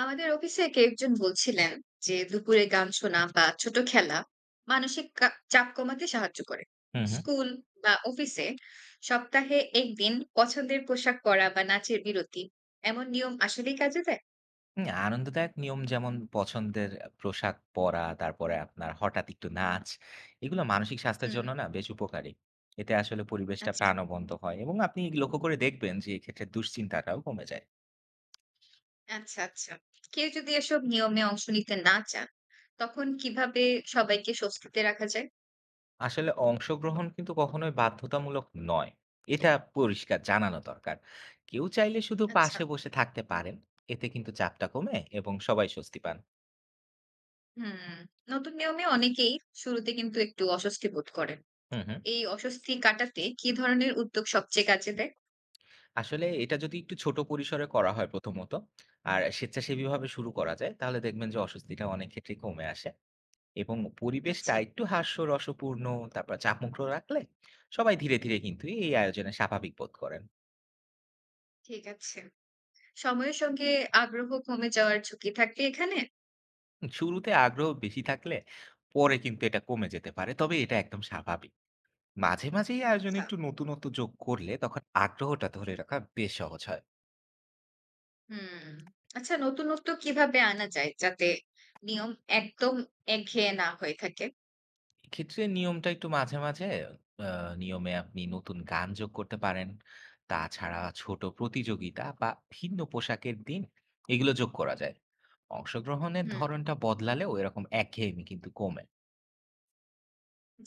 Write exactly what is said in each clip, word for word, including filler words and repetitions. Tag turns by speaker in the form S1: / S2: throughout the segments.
S1: আমাদের অফিসে কয়েকজন বলছিলেন যে দুপুরে গান শোনা বা ছোট খেলা মানসিক কা- চাপ কমাতে সাহায্য করে।
S2: হুম, হুম।
S1: স্কুল বা অফিসে সপ্তাহে একদিন পছন্দের পোশাক পরা বা নাচের বিরতি এমন নিয়ম আসলেই কাজে দেয়।
S2: উম আনন্দদায়ক নিয়ম যেমন পছন্দের পোশাক পরা, তারপরে আপনার হঠাৎ একটু নাচ, এগুলো মানসিক স্বাস্থ্যের
S1: হুম।
S2: জন্য না বেশ উপকারী। এতে আসলে পরিবেশটা
S1: আচ্ছা,
S2: প্রাণবন্ত হয় এবং আপনি লক্ষ্য করে দেখবেন যে এক্ষেত্রে দুশ্চিন্তাটাও কমে যায়।
S1: আচ্ছা, আচ্ছা। কেউ যদি এসব নিয়মে অংশ নিতে না চান, তখন কিভাবে সবাইকে স্বস্তিতে রাখা যায়?
S2: আসলে অংশগ্রহণ কিন্তু কখনোই বাধ্যতামূলক নয়। এটা পরিষ্কার জানানো দরকার। কেউ চাইলে শুধু
S1: আচ্ছা।
S2: পাশে বসে থাকতে পারেন। এতে কিন্তু চাপটা কমে এবং সবাই স্বস্তি পান।
S1: হুম। নতুন নিয়মে অনেকেই শুরুতে কিন্তু একটু অস্বস্তি বোধ করেন।
S2: হুম, হুম।
S1: এই অস্বস্তি কাটাতে কি ধরনের উদ্যোগ সবচেয়ে কাজে দেয়?
S2: আসলে এটা যদি একটু ছোট পরিসরে করা হয় প্রথমত, আর স্বেচ্ছাসেবীভাবে শুরু করা যায়, তাহলে দেখবেন যে অস্বস্তিটা অনেক ক্ষেত্রেই কমে আসে এবং পরিবেশটা
S1: আচ্ছা,
S2: একটু হাস্যরসপূর্ণ, তারপর চাপমুক্ত রাখলে সবাই ধীরে, ধীরে কিন্তু এই আয়োজনে স্বাভাবিক বোধ করেন।
S1: ঠিক আছে। সময়ের সঙ্গে আগ্রহ কমে যাওয়ার ঝুঁকি থাকবে এখানে?
S2: শুরুতে আগ্রহ বেশি থাকলে পরে কিন্তু এটা কমে যেতে পারে। তবে এটা একদম স্বাভাবিক। মাঝে, মাঝে এই আয়োজনে
S1: আচ্ছা,
S2: একটু নতুনত্ব যোগ করলে তখন আগ্রহটা ধরে রাখা বেশ সহজ হয়।
S1: হুম। আচ্ছা, নতুনত্ব কিভাবে আনা যায় যাতে নিয়ম একদম একঘেয়ে না হয়ে থাকে?
S2: এক্ষেত্রে নিয়মটা একটু মাঝে, মাঝে আ নিয়মে আপনি নতুন গান যোগ করতে পারেন। তাছাড়া ছোট প্রতিযোগিতা বা ভিন্ন পোশাকের দিন এগুলো যোগ করা যায়। অংশগ্রহণের
S1: হুম,
S2: ধরনটা বদলালেও এরকম একঘেয়েমি কিন্তু কমে।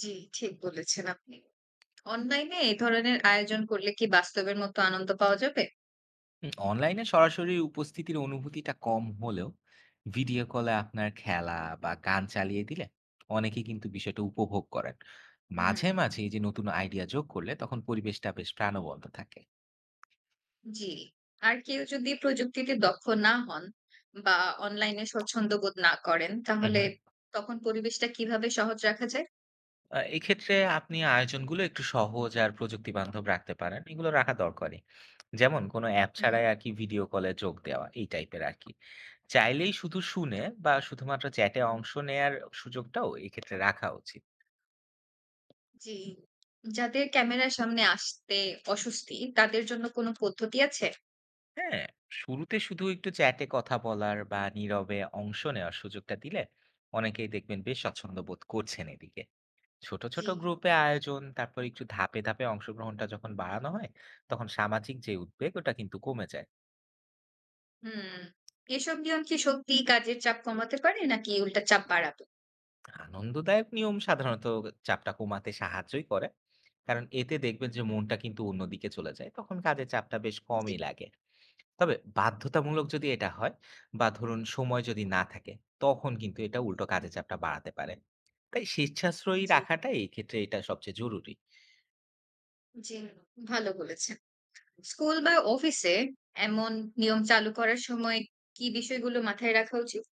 S1: জি, ঠিক বলেছেন আপনি। অনলাইনে এই ধরনের আয়োজন করলে কি বাস্তবের মতো আনন্দ পাওয়া যাবে?
S2: হুম, অনলাইনে সরাসরি উপস্থিতির অনুভূতিটা কম হলেও ভিডিও কলে আপনার খেলা বা গান চালিয়ে দিলে অনেকেই কিন্তু বিষয়টা উপভোগ করেন।
S1: হুম,
S2: মাঝে, মাঝে এই যে নতুন আইডিয়া যোগ করলে তখন পরিবেশটা বেশ প্রাণবন্ত থাকে।
S1: জি। আর কেউ যদি প্রযুক্তিতে দক্ষ না হন বা অনলাইনে স্বচ্ছন্দ বোধ না করেন,
S2: হুম,
S1: তাহলে
S2: হুম।
S1: তখন পরিবেশটা কিভাবে সহজ রাখা যায়?
S2: আ এক্ষেত্রে আপনি আয়োজনগুলো একটু সহজ আর প্রযুক্তি বান্ধব রাখতে পারেন। এগুলো রাখা দরকারই। যেমন কোনো অ্যাপ
S1: হুম।
S2: ছাড়াই আরকি ভিডিও কলে যোগ দেওয়া, এই টাইপের আরকি। চাইলেই শুধু শুনে বা শুধুমাত্র চ্যাটে অংশ নেয়ার সুযোগটাও এক্ষেত্রে রাখা উচিত।
S1: জি। যাদের ক্যামেরার সামনে আসতে অস্বস্তি, তাদের জন্য কোনো পদ্ধতি আছে?
S2: হ্যাঁ? শুরুতে শুধু একটু চ্যাটে কথা বলার বা নীরবে অংশ নেওয়ার সুযোগটা দিলে অনেকেই দেখবেন বেশ স্বচ্ছন্দ বোধ করছেন এদিকে। ছোট, ছোট
S1: জি।
S2: গ্রুপে আয়োজন, তারপর একটু ধাপে, ধাপে অংশগ্রহণটা যখন বাড়ানো হয়, তখন সামাজিক যে উদ্বেগ ওটা কিন্তু কমে যায়।
S1: হুম। এসব নিয়ম কি সত্যিই কাজের চাপ কমাতে পারে নাকি উল্টা চাপ বাড়াবে?
S2: আনন্দদায়ক নিয়ম সাধারণত চাপটা কমাতে সাহায্যই করে। কারণ এতে দেখবেন যে
S1: হুম।
S2: মনটা কিন্তু অন্যদিকে চলে যায়। তখন কাজের চাপটা বেশ
S1: জি,
S2: কমই লাগে। তবে বাধ্যতামূলক যদি এটা হয় বা ধরুন সময় যদি না থাকে, তখন কিন্তু এটা উল্টো কাজের চাপটা বাড়াতে পারে। তাই স্বেচ্ছাশ্রয়ী
S1: জি,
S2: রাখাটাই এক্ষেত্রে এটা সবচেয়ে জরুরি।
S1: জি। ভালো বলেছেন। স্কুল বা অফিসে এমন নিয়ম চালু করার সময় কি বিষয়গুলো মাথায় রাখা উচিত?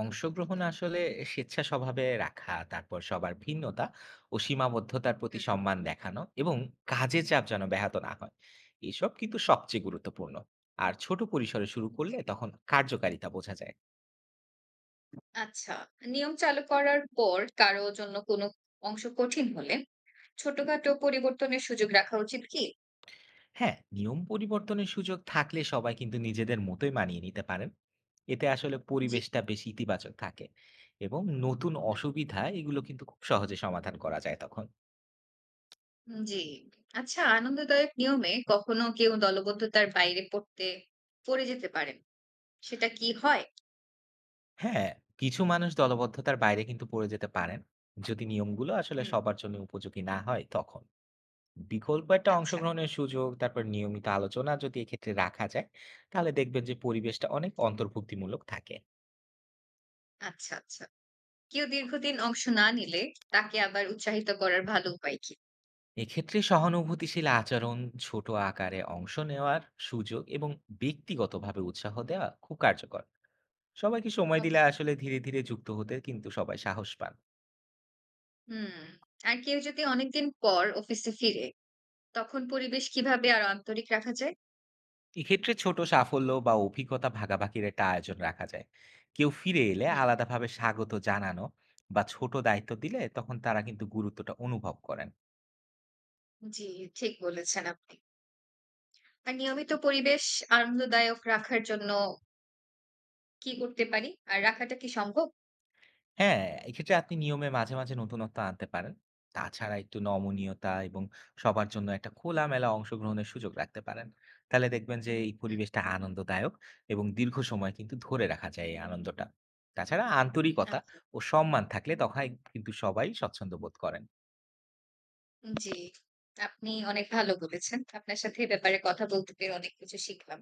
S2: অংশগ্রহণ আসলে স্বেচ্ছা স্বভাবে রাখা তারপর সবার ভিন্নতা ও সীমাবদ্ধতার প্রতি
S1: হুম।
S2: সম্মান দেখানো এবং কাজের চাপ যেন ব্যাহত না হয় এসব কিন্তু সবচেয়ে গুরুত্বপূর্ণ আর ছোট পরিসরে শুরু করলে
S1: ওকে।
S2: তখন কার্যকারিতা বোঝা যায়।
S1: আচ্ছা। নিয়ম চালু করার পর কারো জন্য কোনো অংশ কঠিন হলে ছোটখাটো পরিবর্তনের সুযোগ রাখা উচিত কি?
S2: হ্যাঁ, নিয়ম পরিবর্তনের সুযোগ থাকলে সবাই কিন্তু নিজেদের মতোই মানিয়ে নিতে পারেন। এতে আসলে
S1: জি।
S2: পরিবেশটা বেশ ইতিবাচক থাকে এবং নতুন
S1: হুম।
S2: অসুবিধা এগুলো কিন্তু খুব সহজে সমাধান করা যায় তখন।
S1: উম জি। আচ্ছা, আনন্দদায়ক নিয়মে কখনো কেউ দলবদ্ধতার বাইরে পড়তে পড়ে যেতে পারেন। সেটা কি হয়?
S2: হ্যাঁ, কিছু মানুষ দলবদ্ধতার বাইরে কিন্তু পড়ে যেতে পারেন। যদি নিয়মগুলো আসলে
S1: হুম,
S2: সবার জন্য উপযোগী না হয় তখন। বিকল্প একটা
S1: আচ্ছা,
S2: অংশগ্রহণের সুযোগ, তারপর নিয়মিত আলোচনা যদি এক্ষেত্রে রাখা যায়, তাহলে দেখবেন যে পরিবেশটা অনেক অন্তর্ভুক্তিমূলক থাকে।
S1: আচ্ছা, আচ্ছা। কেউ দীর্ঘদিন অংশ না নিলে তাকে আবার উৎসাহিত করার ভালো উপায় কি?
S2: এক্ষেত্রে সহানুভূতিশীল আচরণ, ছোট আকারে অংশ নেওয়ার সুযোগ এবং ব্যক্তিগতভাবে উৎসাহ দেওয়া খুব কার্যকর। সবাইকে সময় দিলে
S1: ওকে।
S2: আসলে ধীরে, ধীরে যুক্ত হতে কিন্তু সবাই সাহস পান।
S1: হুম। আর কেউ যদি অনেকদিন পর অফিসে ফিরে, তখন পরিবেশ কিভাবে আরো আন্তরিক রাখা যায়?
S2: এক্ষেত্রে ছোট সাফল্য বা অভিজ্ঞতা ভাগাভাগির একটা আয়োজন রাখা যায়। কেউ ফিরে এলে
S1: হুম।
S2: আলাদাভাবে স্বাগত জানানো বা ছোট দায়িত্ব দিলে তখন তারা কিন্তু গুরুত্বটা অনুভব করেন।
S1: জি, ঠিক বলেছেন আপনি। আর নিয়মিত পরিবেশ আনন্দদায়ক রাখার জন্য কি করতে পারি? আর রাখাটা কি সম্ভব?
S2: হ্যাঁ, এক্ষেত্রে আপনি নিয়মে মাঝে মাঝে নতুনত্ব আনতে পারেন। তাছাড়া একটু নমনীয়তা এবং সবার জন্য একটা খোলামেলা অংশগ্রহণের সুযোগ রাখতে পারেন। তাহলে দেখবেন যে এই
S1: হুম,
S2: পরিবেশটা আনন্দদায়ক এবং দীর্ঘ সময় কিন্তু ধরে রাখা যায় এই আনন্দটা। তাছাড়া আন্তরিকতা
S1: আচ্ছা।
S2: ও সম্মান থাকলে তখন কিন্তু সবাই স্বচ্ছন্দ বোধ করেন।
S1: জি। আপনি অনেক ভালো বলেছেন। আপনার সাথে এ ব্যাপারে কথা বলতে পেরে অনেক কিছু শিখলাম।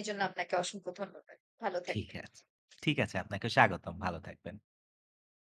S1: এজন্য আপনাকে অসংখ্য ধন্যবাদ। ভালো
S2: ঠিক
S1: থাকবেন।
S2: আছে। ঠিক আছে, আপনাকে স্বাগতম। ভালো থাকবেন।